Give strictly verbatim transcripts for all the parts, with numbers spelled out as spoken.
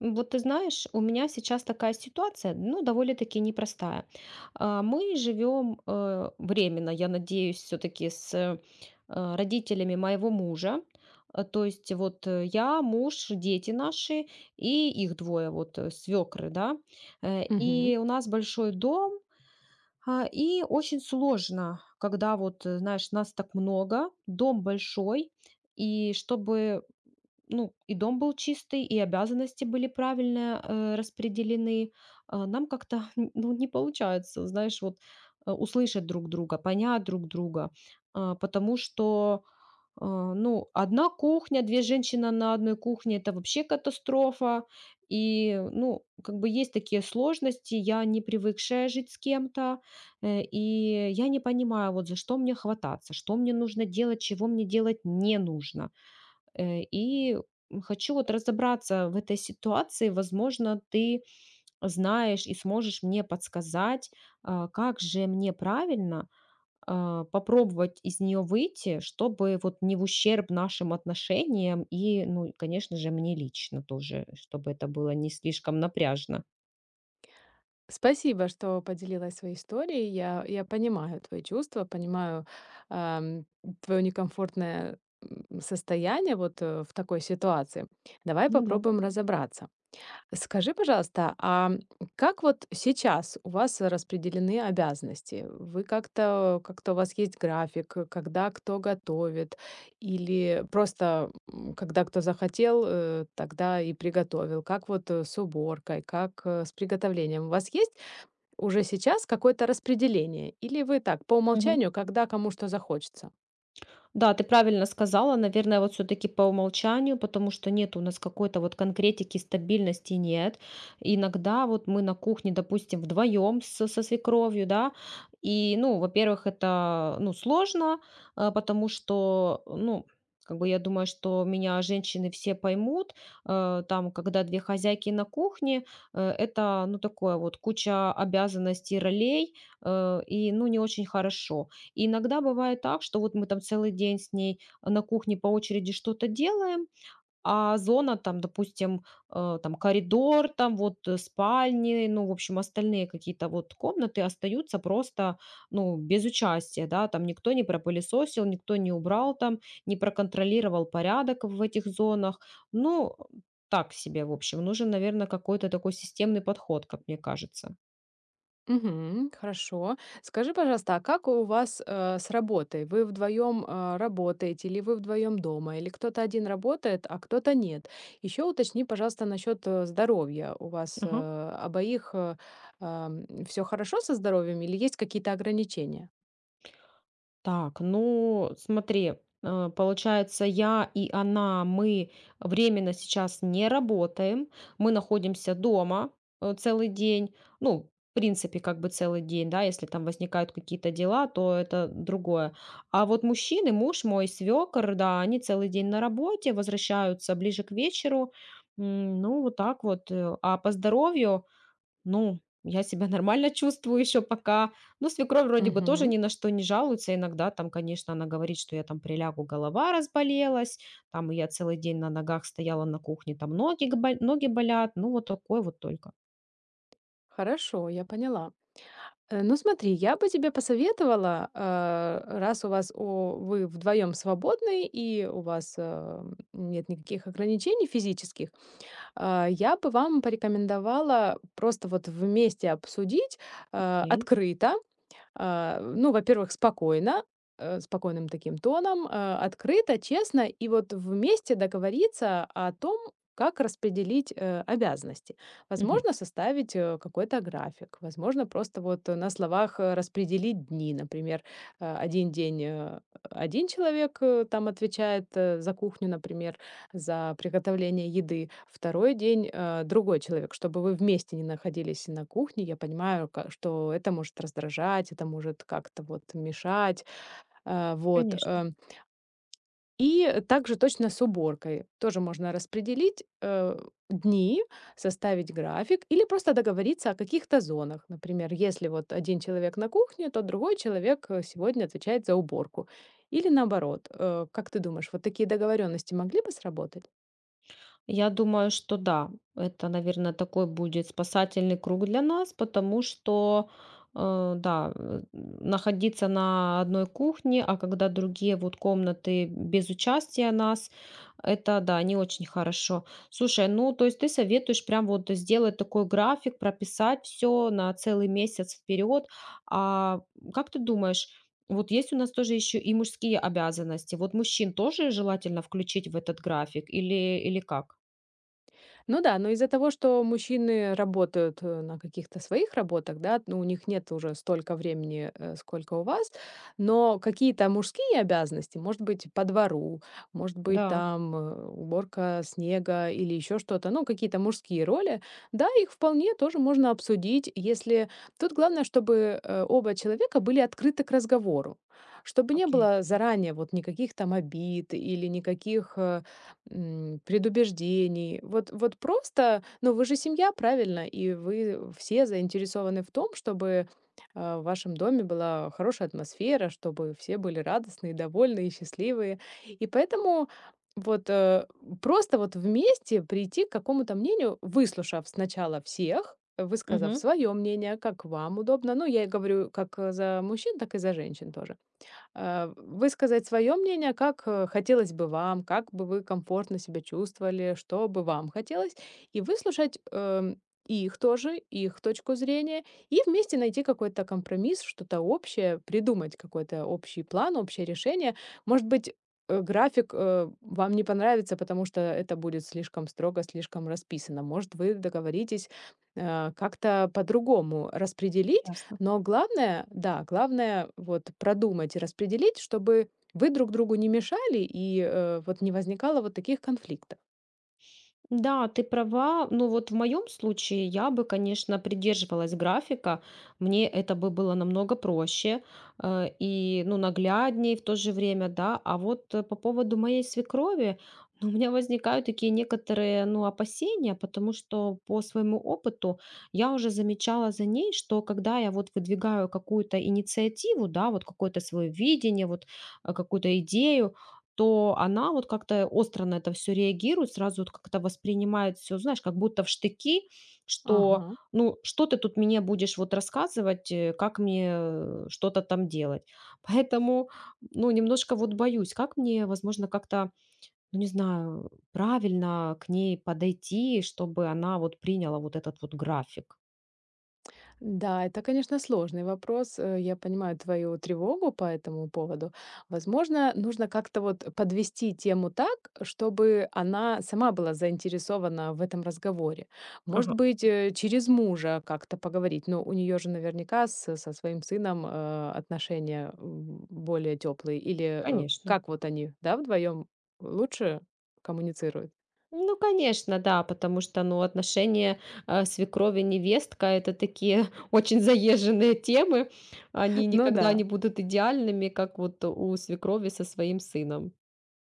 Вот ты знаешь, у меня сейчас такая ситуация, ну, довольно-таки непростая. А, Мы живем э, временно, я надеюсь, все-таки с э, родителями моего мужа. А, То есть вот э, я, муж, дети наши и их двое, вот э, свекры, да. Э, Мгм. И у нас большой дом, а, и очень сложно, когда вот, э, знаешь, нас так много, дом большой, и чтобы, ну, и дом был чистый, и обязанности были правильно, э, распределены. А нам как-то, ну, не получается, знаешь, вот, э, услышать друг друга, понять друг друга. А, потому что, а, ну, одна кухня, две женщины на одной кухне — это вообще катастрофа. И, ну, как бы есть такие сложности. Я не привыкшая жить с кем-то, э, и я не понимаю, вот за что мне хвататься, что мне нужно делать, чего мне делать не нужно. Э, и хочу вот разобраться в этой ситуации. Возможно, ты знаешь и сможешь мне подсказать, а, как же мне правильно, а, попробовать из нее выйти, чтобы вот не в ущерб нашим отношениям и, ну, конечно же, мне лично тоже, чтобы это было не слишком напряжно. Спасибо, что поделилась своей историей. Я, я понимаю твои чувства, понимаю ам, твое некомфортное м, состояние вот э, в такой ситуации. Давай Ну да. попробуем разобраться. Скажи, пожалуйста, а как вот сейчас у вас распределены обязанности? Вы как-то, как-то у вас есть график, э, когда кто готовит, или просто м, когда кто захотел, э, тогда и приготовил? Как вот э, с уборкой, как э, с приготовлением? У вас есть уже сейчас какое-то распределение? Или вы так, по умолчанию, когда кому что захочется? Да, ты правильно сказала. Наверное, вот все таки по умолчанию, потому что нет у нас какой-то вот конкретики, стабильности нет. Иногда вот мы на кухне, допустим, вдвоем с со свекровью, да. И, ну, во-первых, это, ну, сложно, а, потому что, ну, как бы я думаю, что меня женщины все поймут. Э, там, когда две хозяйки на кухне, э, это, ну, такое вот куча обязанностей, ролей, э, и, ну, не очень хорошо. И иногда бывает так, что вот мы там целый день с ней э, на кухне по очереди что-то делаем, а зона там, допустим, э, там коридор, там вот э, спальни, ну, в общем, остальные какие-то вот комнаты остаются просто, ну, без участия, да, там никто не пропылесосил, никто не убрал там, не проконтролировал порядок в этих зонах. Ну, так себе, в общем, нужен, наверное, какой-то такой системный подход, как мне кажется. Мгм. Хорошо. Скажи, пожалуйста, а как у вас, э, с работой? Вы вдвоем, э, работаете, или вы вдвоем дома, или кто-то один работает, а кто-то нет? Еще уточни, пожалуйста, насчет, э, здоровья. У вас, э, Ага. обоих, все хорошо со здоровьем или есть какие-то ограничения? Так, ну смотри, э, получается, я и она, мы временно сейчас не работаем, мы находимся дома э, целый день, ну, в принципе, как бы целый день, да, если там возникают какие-то дела, то это другое. А вот мужчины, муж мой, свекор, да, они целый день на работе, возвращаются ближе к вечеру. М, ну, вот так вот. э. А по здоровью, ну, я себя нормально чувствую еще пока. Ну, свекровь вроде бы тоже Мгм. ни на что не жалуется. Иногда там, конечно, она говорит, что я там прилягу, голова разболелась, там я целый день на ногах стояла на кухне, там ноги, гбо- ноги болят. Ну, вот такое вот только. Хорошо, я поняла. Э, ну смотри, я бы тебе посоветовала, э, раз у вас о вы вдвоем свободны и у вас, э, нет никаких ограничений физических. А, я бы вам порекомендовала просто вот вместе обсудить, а, Окей. открыто, а, ну, во-первых, спокойно, э, спокойным таким тоном, а, открыто, честно, и вот вместе договориться о том, как распределить, э, обязанности. Мгм. Возможно, составить, э, какой-то график, возможно, просто вот э, на словах, э, распределить дни. Например, э, один день, э, один человек, э, там отвечает, э, за кухню, например, за приготовление еды. Второй день, э, другой человек, чтобы вы вместе не находились на кухне. Я понимаю, ка- что это может раздражать, это может как-то вот мешать, э, вот. Конечно. э. И также точно с уборкой. Тоже можно распределить э, дни, составить график или просто договориться о каких-то зонах. Например, если вот один человек на кухне, то другой человек э, сегодня отвечает за уборку. Или наоборот. Э, как ты думаешь, вот такие договоренности могли бы сработать? Я думаю, что да, это, наверное, такой будет спасательный круг для нас, потому что, э, да, э, находиться на одной кухне, а когда другие вот комнаты без участия нас, это, да, не очень хорошо. Слушай, ну, то есть ты советуешь прям вот сделать такой график, прописать все на целый месяц вперед. А как ты думаешь, вот есть у нас тоже еще и мужские обязанности. Вот мужчин тоже желательно включить в этот график или, или как? Ну да, но из-за того, что мужчины работают э, на каких-то своих работах, да, ну, у них нет уже столько времени, э, сколько у вас, но какие-то мужские обязанности, может быть, по двору, может быть, Да, там э, уборка снега или еще что-то, ну, какие-то мужские роли, да, их вполне тоже можно обсудить, если. Тут главное, чтобы э, оба человека были открыты к разговору, чтобы не окей. было заранее вот никаких там обид или никаких э, м, предубеждений. Вот, вот просто, ну вы же семья, правильно? И вы все заинтересованы в том, чтобы а, в вашем доме была хорошая атмосфера, чтобы все были радостные, довольные, счастливые. И поэтому вот э, просто вот вместе прийти к какому-то мнению, выслушав сначала всех, высказав Мгм. свое мнение, как вам удобно. Ну, я и говорю как э, за мужчин, так и за женщин тоже э, высказать свое мнение, как э, хотелось бы вам, как бы вы комфортно себя чувствовали, что бы вам хотелось, и выслушать эм, их тоже, их точку зрения, и вместе найти какой-то компромисс, что-то общее, придумать какой-то общий план, общее решение. Может быть, э, график э, вам не понравится, потому что это будет слишком строго, слишком расписано. Может, вы договоритесь э, как-то по-другому распределить, Ясно. но главное, да, главное вот продумать и распределить, чтобы вы друг другу не мешали и э, вот не возникало вот таких конфликтов. Да, ты права. Ну вот в моем случае я бы, конечно, придерживалась графика. Мне это бы было намного проще, э, и, ну, нагляднее в то же время, да. А вот э, по поводу моей свекрови, ну, у меня возникают такие некоторые, ну, опасения, потому что по своему опыту я уже замечала за ней, что когда я вот выдвигаю какую-то инициативу, да, вот какое-то свое видение, вот э, какую-то идею, то она вот как-то остро на это все реагирует, сразу вот как-то воспринимает все, знаешь, как будто в штыки, что, Ага. ну, что ты тут мне будешь вот рассказывать, э, как мне, э, что-то там делать. Поэтому, ну, немножко вот боюсь, как мне, возможно, как-то, ну, не знаю, правильно к ней подойти, чтобы она вот приняла вот этот вот график. Да, это, конечно, сложный вопрос. Э, Я понимаю твою тревогу по этому поводу. Возможно, нужно как-то вот подвести тему так, чтобы она сама была заинтересована в этом разговоре. Может Ага, быть, э, через мужа как-то поговорить. Но у нее же наверняка с- со своим сыном э, отношения м, более теплые. Или э, конечно. как вот они, да, вдвоем лучше коммуницируют? Ну, конечно, да, потому что, ну, отношения э, свекровь и невестка – это такие очень заезженные темы. Они Ну никогда да. не будут идеальными, как вот у свекрови со своим сыном.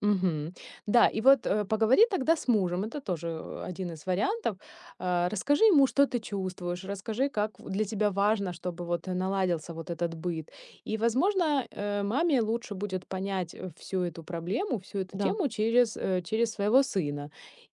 Мгм. Да, и вот, э, поговори тогда с мужем. Это тоже, э, один из вариантов. А, расскажи ему, что ты чувствуешь, расскажи, как в для тебя важно, чтобы вот наладился вот этот быт. И, возможно, э, маме лучше будет понять, э, всю эту проблему, всю эту Да. тему через, э, через своего сына.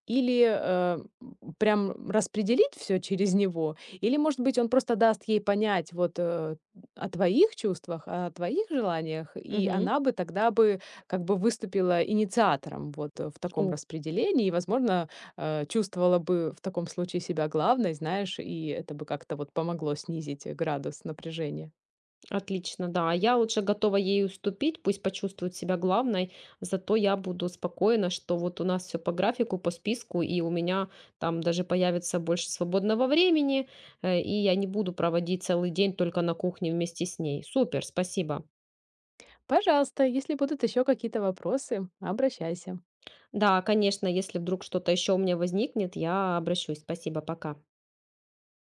Или, э, м, прям распределить все через него, или, может быть, он просто даст ей понять вот, э, о твоих чувствах, о твоих желаниях, и Мгм. она бы тогда бы как бы выступила инициатором вот, э, в таком О, распределении и, возможно, э, чувствовала бы в таком случае себя главной, знаешь, и это бы как-то вот помогло снизить, э, градус напряжения. отлично, да. А Я лучше готова ей уступить, пусть почувствует себя главной, зато я буду спокойна, что вот у нас все по графику, по списку, и у меня там даже появится больше свободного времени, э, и я не буду проводить целый день только на кухне вместе с ней. Супер, спасибо. Пожалуйста, если будут еще какие-то вопросы, обращайся. Да, конечно, если вдруг что-то еще у меня возникнет, я обращусь. Спасибо, пока.